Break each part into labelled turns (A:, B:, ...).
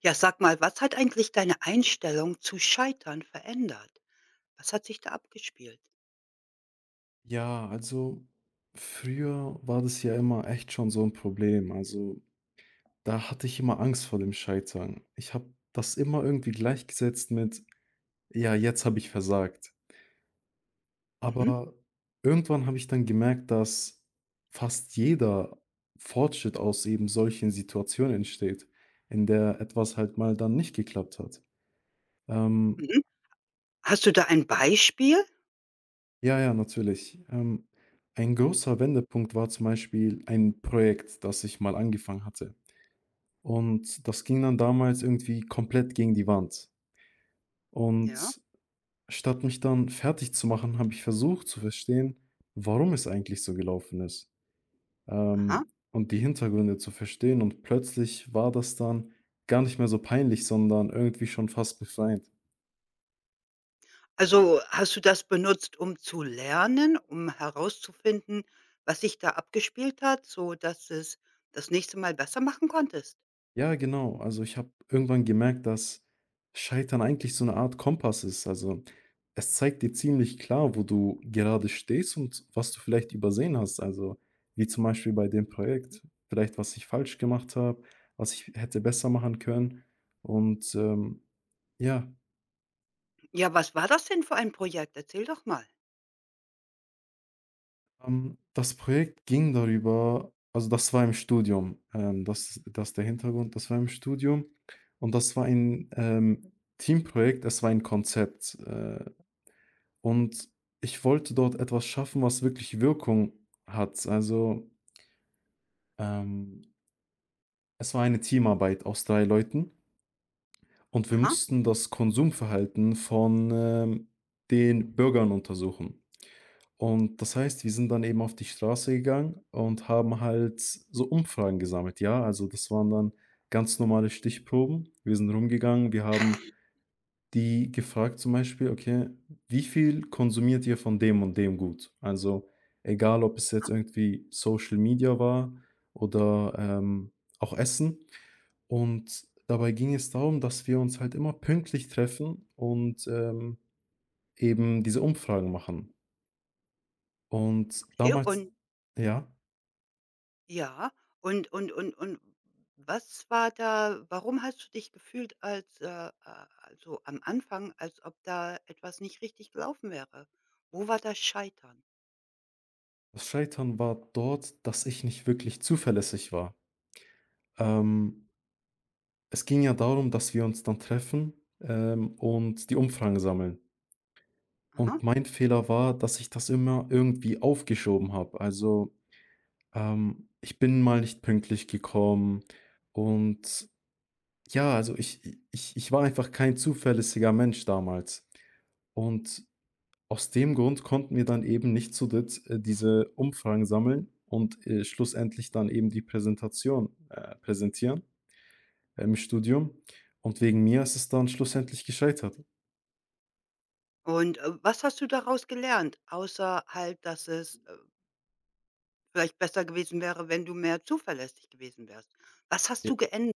A: Ja, sag mal, was hat eigentlich deine Einstellung zu Scheitern verändert? Was hat sich da abgespielt?
B: Ja, also früher war das ja immer echt schon so ein Problem. Also, da hatte ich immer Angst vor dem Scheitern. Ich habe das immer irgendwie gleichgesetzt mit: „Ja, jetzt habe ich versagt.“
A: Mhm,
B: Aber irgendwann habe ich dann gemerkt, dass fast jeder Fortschritt aus eben solchen Situationen entsteht, in der etwas halt mal dann nicht geklappt hat. Ähm,
A: mhm. Hast du da ein Beispiel?
B: ja, ja, natürlich. Ein großer Wendepunkt war zum Beispiel ein Projekt, das ich mal angefangen hatte. Und das ging dann damals irgendwie komplett gegen die Wand.
A: Ja,
B: Und statt mich dann fertig zu machen, habe ich versucht zu verstehen, warum es eigentlich so gelaufen ist,
A: aha.
B: und die Hintergründe zu verstehen. Und plötzlich war das dann gar nicht mehr so peinlich, sondern irgendwie schon fast befreiend.
A: Also, hast du das benutzt, um zu lernen, um herauszufinden, was sich da abgespielt hat, so dass es das nächste Mal besser machen konntest?
B: Ja, genau. Also ich habe irgendwann gemerkt, dass Scheitern eigentlich so eine Art Kompass ist. Also es zeigt dir ziemlich klar, wo du gerade stehst und was du vielleicht übersehen hast. Also wie zum Beispiel bei dem Projekt, vielleicht was ich falsch gemacht habe, was ich hätte besser machen können. Und ja,
A: Ja, was war das denn für ein Projekt? Erzähl doch mal.
B: das Projekt ging darüber, also das war im Studium, das, das ist der Hintergrund, das war im Studium und das war ein Teamprojekt, es war ein Konzept. Und ich wollte dort etwas schaffen, was wirklich Wirkung hat. Also, ähm, es war eine Teamarbeit aus 3 Leuten und wir
A: Aha,
B: mussten das Konsumverhalten von, den Bürgern untersuchen. Und das heißt, wir sind dann eben auf die Straße gegangen und haben halt so Umfragen gesammelt, ja? Also, das waren dann ganz normale Stichproben. Wir sind rumgegangen, wir haben die gefragt zum Beispiel, okay, wie viel konsumiert ihr von dem und dem Gut? Also egal, ob es jetzt irgendwie Social Media war oder auch Essen. Und dabei ging es darum, dass wir uns halt immer pünktlich treffen und eben diese Umfragen machen. Und
A: okay.
B: damals,
A: Und
B: ja,
A: ja, und was war da, warum hast du dich gefühlt als, also am Anfang, als ob da etwas nicht richtig gelaufen wäre? Wo war das Scheitern?
B: das Scheitern war dort, dass ich nicht wirklich zuverlässig war. Ähm, Es ging ja darum, dass wir uns dann treffen und die Umfragen sammeln.
A: Aha.
B: Und mein Fehler war, dass ich das immer irgendwie aufgeschoben habe. Also, ich bin mal nicht pünktlich gekommen und ja, also ich war einfach kein zuverlässiger Mensch damals. Und aus dem Grund konnten wir dann eben nicht zu dritt, diese Umfragen sammeln und, schlussendlich dann eben die Präsentation, präsentieren im Studium. Und wegen mir ist es dann schlussendlich gescheitert.
A: Und, was hast du daraus gelernt, außer halt, dass es, vielleicht besser gewesen wäre, wenn du mehr zuverlässig gewesen wärst? Was hast
B: Ja,
A: du geändert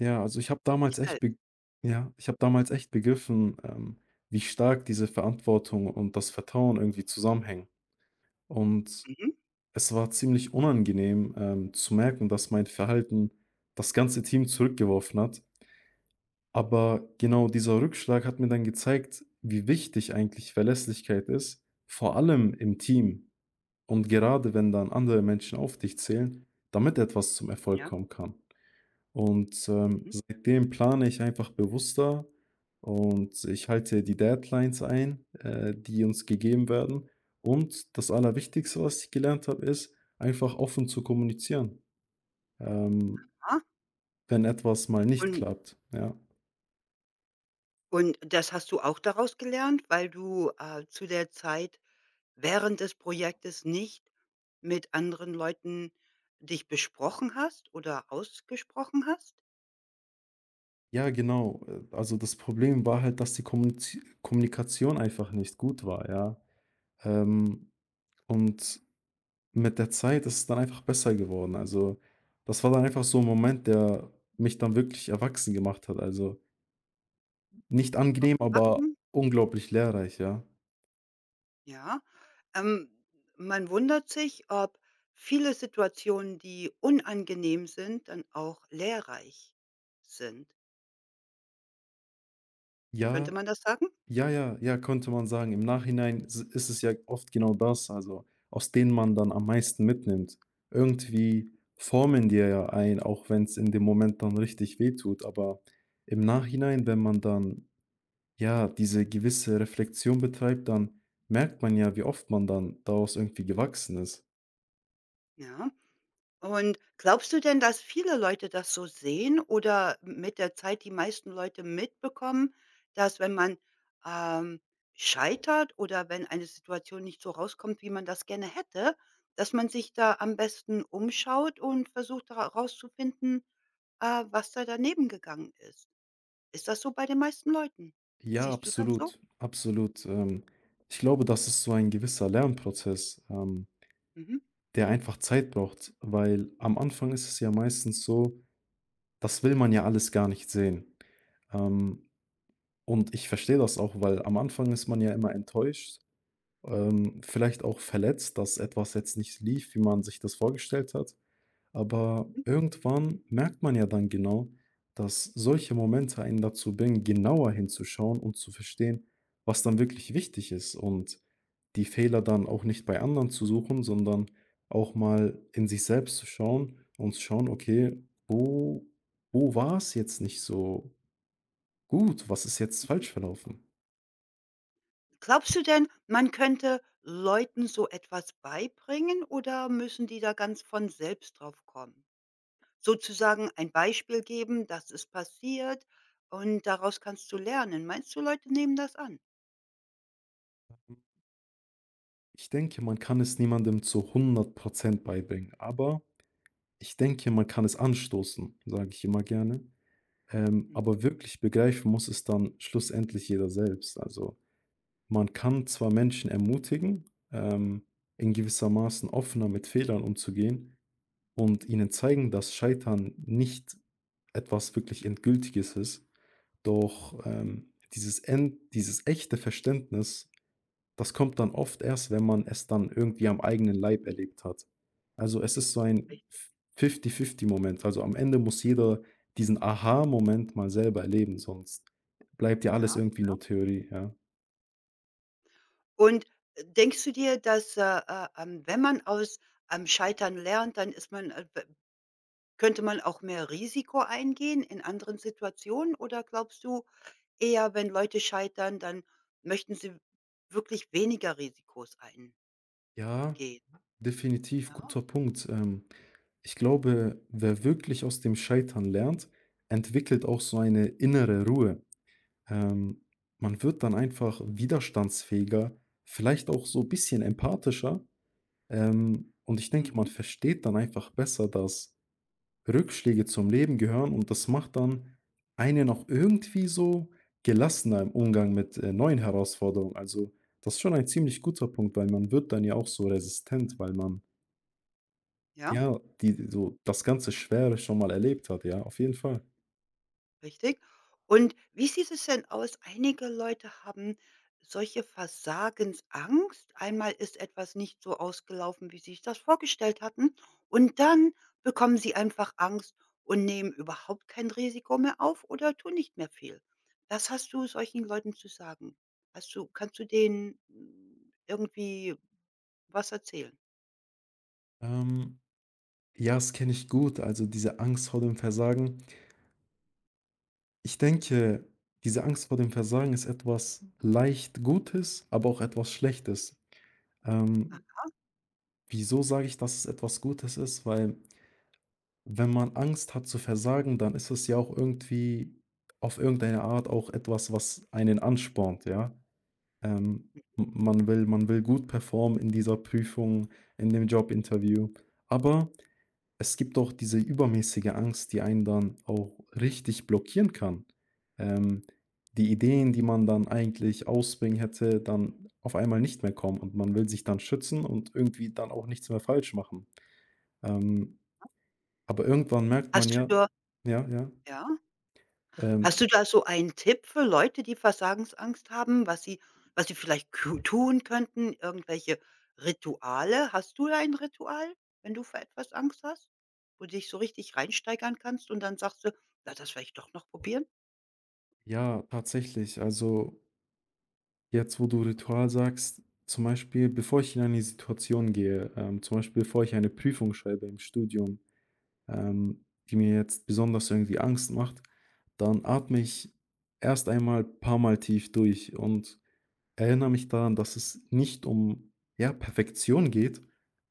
B: Ja, also ich habe damals
A: dich
B: echt
A: selbst?
B: be ja, ich habe damals echt begriffen, wie stark diese Verantwortung und das Vertrauen irgendwie zusammenhängen. Und
A: Mhm,
B: es war ziemlich unangenehm, zu merken, dass mein Verhalten das ganze Team zurückgeworfen hat. Aber genau dieser Rückschlag hat mir dann gezeigt, wie wichtig eigentlich Verlässlichkeit ist, vor allem im Team und gerade wenn dann andere Menschen auf dich zählen, damit etwas zum Erfolg
A: ja,
B: kommen kann. Und,
A: mhm,
B: seitdem plane ich einfach bewusster und ich halte die Deadlines ein, die uns gegeben werden. Und das Allerwichtigste, was ich gelernt habe, ist, einfach offen zu kommunizieren, ähm,
A: ah,
B: wenn etwas mal nicht
A: und
B: klappt, ja.
A: und das hast du auch daraus gelernt, weil du, zu der Zeit während des Projektes nicht mit anderen Leuten dich besprochen hast oder ausgesprochen hast?
B: Ja, genau. Also das Problem war halt, dass die Kommuniz Kommunikation einfach nicht gut war, ja. Ähm, und Mit der Zeit ist es dann einfach besser geworden. Also, das war dann einfach so ein Moment, der mich dann wirklich erwachsen gemacht hat. Also, nicht angenehm, aber
A: Aufgewachsen?
B: unglaublich lehrreich, ja.
A: Ja. Ähm, Man wundert sich, ob viele Situationen, die unangenehm sind, dann auch lehrreich sind. Könnte
B: Ja,
A: man das sagen?
B: ja, ja, ja, könnte man sagen. Im Nachhinein is ist es ja oft genau das, also, aus denen man dann am meisten mitnimmt. Irgendwie formen die ja ein, auch wenn es in dem Moment dann richtig wehtut, aber im Nachhinein, wenn man dann ja, diese gewisse Reflexion betreibt, dann merkt man ja, wie oft man dann daraus irgendwie gewachsen ist.
A: Ja. Und glaubst du denn, dass viele Leute das so sehen oder mit der Zeit die meisten Leute mitbekommen, dass wenn man, ähm, scheitert oder wenn eine Situation nicht so rauskommt, wie man das gerne hätte, dass man sich da am besten umschaut und versucht herauszufinden, was da daneben gegangen ist. Ist das so bei den meisten Leuten?
B: Ja,
A: Siehst du das so?
B: absolut, absolut. Ich glaube, das ist so ein gewisser Lernprozess,
A: Mhm.
B: der einfach Zeit braucht, weil am Anfang ist es ja meistens so, das will man ja alles gar nicht sehen. Ähm, und ich verstehe das auch, weil am Anfang ist man ja immer enttäuscht, vielleicht auch verletzt, dass etwas jetzt nicht lief, wie man sich das vorgestellt hat. Aber irgendwann merkt man ja dann genau, dass solche Momente einen dazu bringen, genauer hinzuschauen und zu verstehen, was dann wirklich wichtig ist und die Fehler dann auch nicht bei anderen zu suchen, sondern auch mal in sich selbst zu schauen und zu schauen, okay, wo, wo war es jetzt nicht so gut? Was ist jetzt
A: Mhm.
B: falsch verlaufen?
A: Glaubst du denn, man könnte Leuten so etwas beibringen oder müssen die da ganz von selbst drauf kommen? Sozusagen ein Beispiel geben, das ist passiert, und daraus kannst du lernen. Meinst du, Leute nehmen das an?
B: Ich denke, man kann es niemandem zu 100% beibringen, aber ich denke, man kann es anstoßen, sage ich immer gerne.
A: Mhm.
B: Aber wirklich begreifen muss es dann schlussendlich jeder selbst. Also, man kann zwar Menschen ermutigen, ähm, in gewissermaßen offener mit Fehlern umzugehen und ihnen zeigen, dass Scheitern nicht etwas wirklich Endgültiges ist, doch, dieses echte Verständnis das kommt dann oft erst, wenn man es dann irgendwie am eigenen Leib erlebt hat. Also, es ist so ein Fifty-Fifty-Moment. Also, am Ende muss jeder diesen Aha-Moment mal selber erleben, sonst bleibt ja
A: Ja,
B: alles irgendwie nur Theorie, ja.
A: und denkst du dir, dass, wenn man aus am Scheitern lernt, dann ist man b könnte man auch mehr Risiko eingehen in anderen Situationen? Oder glaubst du eher, wenn Leute scheitern, dann möchten sie wirklich weniger Risikos eingehen?
B: Ja, definitiv,
A: Ja,
B: guter Punkt. Ich glaube, wer wirklich aus dem Scheitern lernt, entwickelt auch so eine innere Ruhe. Ähm, Man wird dann einfach widerstandsfähiger, vielleicht auch so ein bisschen empathischer. Und ich denke, man
A: mhm,
B: versteht dann einfach besser, dass Rückschläge zum Leben gehören und das macht dann einen auch irgendwie so gelassener im Umgang mit, neuen Herausforderungen. Also, das ist schon ein ziemlich guter Punkt, weil man wird dann ja auch so resistent, weil man,
A: ja.
B: ja, die so das ganze Schwere schon mal erlebt hat, ja, auf jeden Fall.
A: Richtig. Und wie sieht es denn aus? Einige Leute haben solche Versagensangst. Einmal ist etwas nicht so ausgelaufen, wie sie sich das vorgestellt hatten. Und dann bekommen sie einfach Angst und nehmen überhaupt kein Risiko mehr auf oder tun nicht mehr viel. Was hast du solchen Leuten zu sagen? Hast du Kannst du denen, hm, irgendwie was erzählen?
B: Ähm, ja, das kenne ich gut, also diese Angst vor dem Versagen. Ich denke, diese Angst vor dem Versagen ist etwas leicht Gutes, aber auch etwas Schlechtes.
A: Ah,
B: Ähm, Wieso sage ich, dass es etwas Gutes ist? Weil wenn man Angst hat zu versagen, dann ist es ja auch irgendwie auf irgendeine Art auch etwas, was einen anspornt, ja? Ähm, m Man will gut performen in dieser Prüfung, in dem Jobinterview, aber es gibt doch diese übermäßige Angst, die einen dann auch richtig blockieren kann. Ähm, Die Ideen, die man dann eigentlich ausbringen hätte, dann auf einmal nicht mehr kommen und man will sich dann schützen und irgendwie dann auch nichts mehr falsch machen. Ähm, aber irgendwann merkt man
A: hast du
B: ja
A: da
B: ja, ja,
A: ja? Hast
B: ähm,
A: du da so einen Tipp für Leute, die Versagensangst haben, was sie vielleicht ku tun könnten, irgendwelche Rituale? Hast du da ein Ritual, wenn du vor etwas Angst hast, wo du dich so richtig reinsteigern kannst und dann sagst du: „Na, das werde ich doch noch probieren?“
B: ja, tatsächlich. Also jetzt, wo du Ritual sagst, zum Beispiel, bevor ich in eine Situation gehe, zum Beispiel, bevor ich eine Prüfung schreibe im Studium, die mir jetzt besonders irgendwie Angst macht, dann atme ich erst einmal ein paar Mal tief durch und erinnere mich daran, dass es nicht um, ja, Perfektion geht,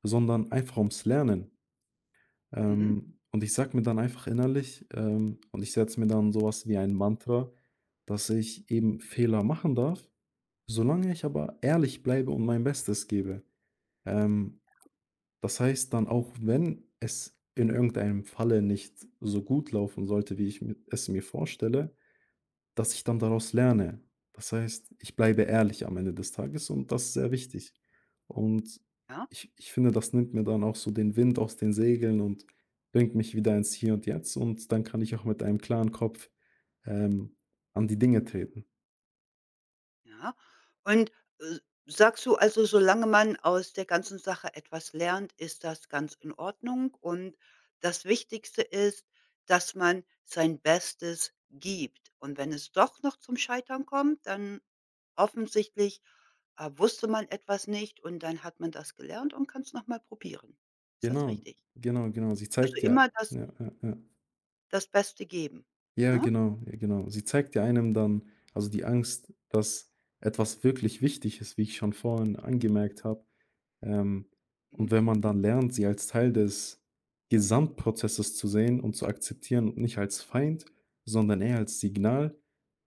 B: sondern einfach ums Lernen.
A: Mhm,
B: Und ich sage mir dann einfach innerlich, und ich setze mir dann sowas wie ein Mantra, dass ich eben Fehler machen darf, solange ich aber ehrlich bleibe und mein Bestes gebe. Ähm, Das heißt dann, auch wenn es in irgendeinem Falle nicht so gut laufen sollte, wie ich mi es mir vorstelle, dass ich dann daraus lerne. Das heißt, ich bleibe ehrlich am Ende des Tages und das ist sehr wichtig. Und
A: ja?
B: ich finde, das nimmt mir dann auch so den Wind aus den Segeln und bringt mich wieder ins Hier und Jetzt und dann kann ich auch mit einem klaren Kopf, ähm, an die Dinge treten.
A: Ja. Und, äh, sagst du also, solange man aus der ganzen Sache etwas lernt, ist das ganz in Ordnung und das Wichtigste ist, dass man sein Bestes gibt. Und wenn es doch noch zum Scheitern kommt, dann offensichtlich, wusste man etwas nicht und dann hat man das gelernt und kann's noch mal probieren. Ist das
B: Genau,
A: richtig?
B: genau, genau. Sie
A: Also,
B: zeigt ja
A: immer das
B: ja, ja, ja.
A: das Beste geben,
B: Ja,
A: ne?
B: genau, ja genau. Sie zeigt ja einem dann also die Angst, dass etwas wirklich wichtig ist, wie ich schon vorhin angemerkt habe. Ähm, und
A: Mhm.
B: wenn man dann lernt, sie als Teil des Gesamtprozesses zu sehen und zu akzeptieren und nicht als Feind, sondern eher als Signal,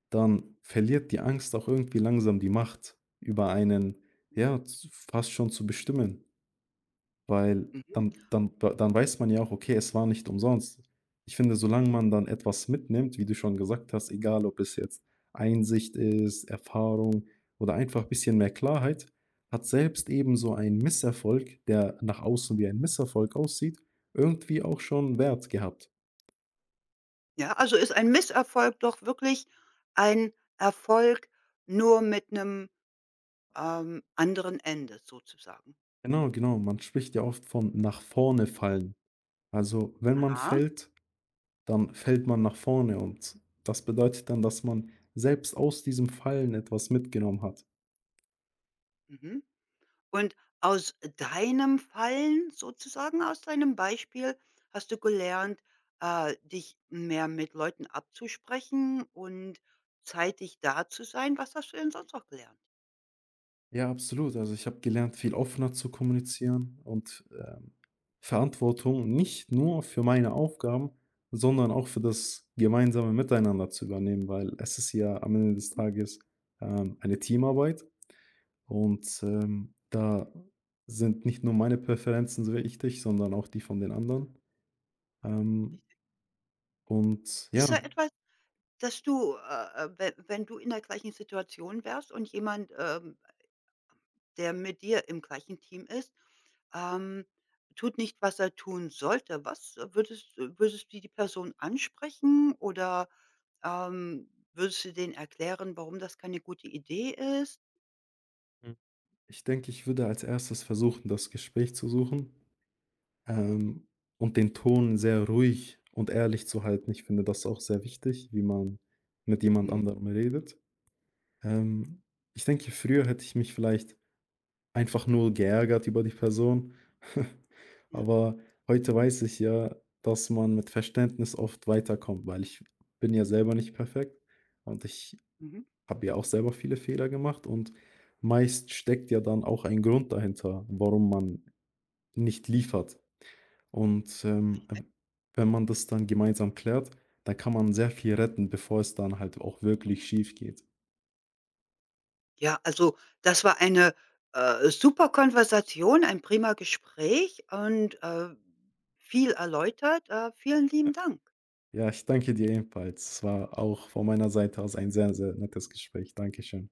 B: dann verliert die Angst auch irgendwie langsam die Macht über einen, ja, z fast schon zu bestimmen. Weil
A: Mhm.
B: dann dann weiß man ja auch, okay, es war nicht umsonst. Ich finde, solange man dann etwas mitnimmt, wie du schon gesagt hast, egal ob es jetzt Einsicht ist, Erfahrung oder einfach ein bisschen mehr Klarheit, hat selbst eben so ein Misserfolg, der nach außen wie ein Misserfolg aussieht, irgendwie auch schon Wert gehabt.
A: Ja, also ist ein Misserfolg doch wirklich ein Erfolg, nur mit einem, anderen Ende sozusagen.
B: Genau, genau. Man spricht ja oft von nach vorne fallen. Also, wenn man
A: Aha,
B: fällt, dann fällt man nach vorne und das bedeutet dann, dass man selbst aus diesem Fallen etwas mitgenommen hat.
A: mhm. Und aus deinem Fallen sozusagen, aus deinem Beispiel hast du gelernt, dich mehr mit Leuten abzusprechen und zeitig da zu sein. Was hast du denn sonst noch gelernt?
B: Ja, absolut. Also, ich habe gelernt, viel offener zu kommunizieren und, Verantwortung nicht nur für meine Aufgaben, sondern auch für das gemeinsame Miteinander zu übernehmen, weil es ist ja am Ende des
A: Mhm,
B: Tages, eine Teamarbeit und, da sind nicht nur meine Präferenzen so wichtig, sondern auch die von den anderen. Ähm,
A: richtig.
B: und
A: Ist da
B: ja,
A: etwas, dass du, we wenn du in der gleichen Situation wärst und jemand, der mit dir im gleichen Team ist, ähm, tut nicht, was er tun sollte. Was würdest du die Person ansprechen oder, würdest du denen erklären, warum das keine gute Idee ist?
B: mhm. Ich denke, ich würde als Erstes versuchen, das Gespräch zu suchen. Ähm, und den Ton sehr ruhig und ehrlich zu halten. Ich finde das auch sehr wichtig, wie man mit jemand
A: Mhm,
B: anderem redet. Ähm, Ich denke, früher hätte ich mich vielleicht einfach nur geärgert über die Person,
A: ja,
B: aber heute weiß ich ja, dass man mit Verständnis oft weiterkommt, weil ich bin ja selber nicht perfekt und ich
A: mhm,
B: habe ja auch selber viele Fehler gemacht und meist steckt ja dann auch ein Grund dahinter, warum man nicht liefert. Und,
A: richtig.
B: wenn man das dann gemeinsam klärt, dann kann man sehr viel retten, bevor es dann halt auch wirklich schief geht.
A: Ja, also, das war eine, super Konversation, ein prima Gespräch und, viel erläutert. Vielen lieben Dank.
B: Ja, ich danke dir ebenfalls. Es war auch von meiner Seite aus ein sehr, sehr nettes Gespräch. Dankeschön.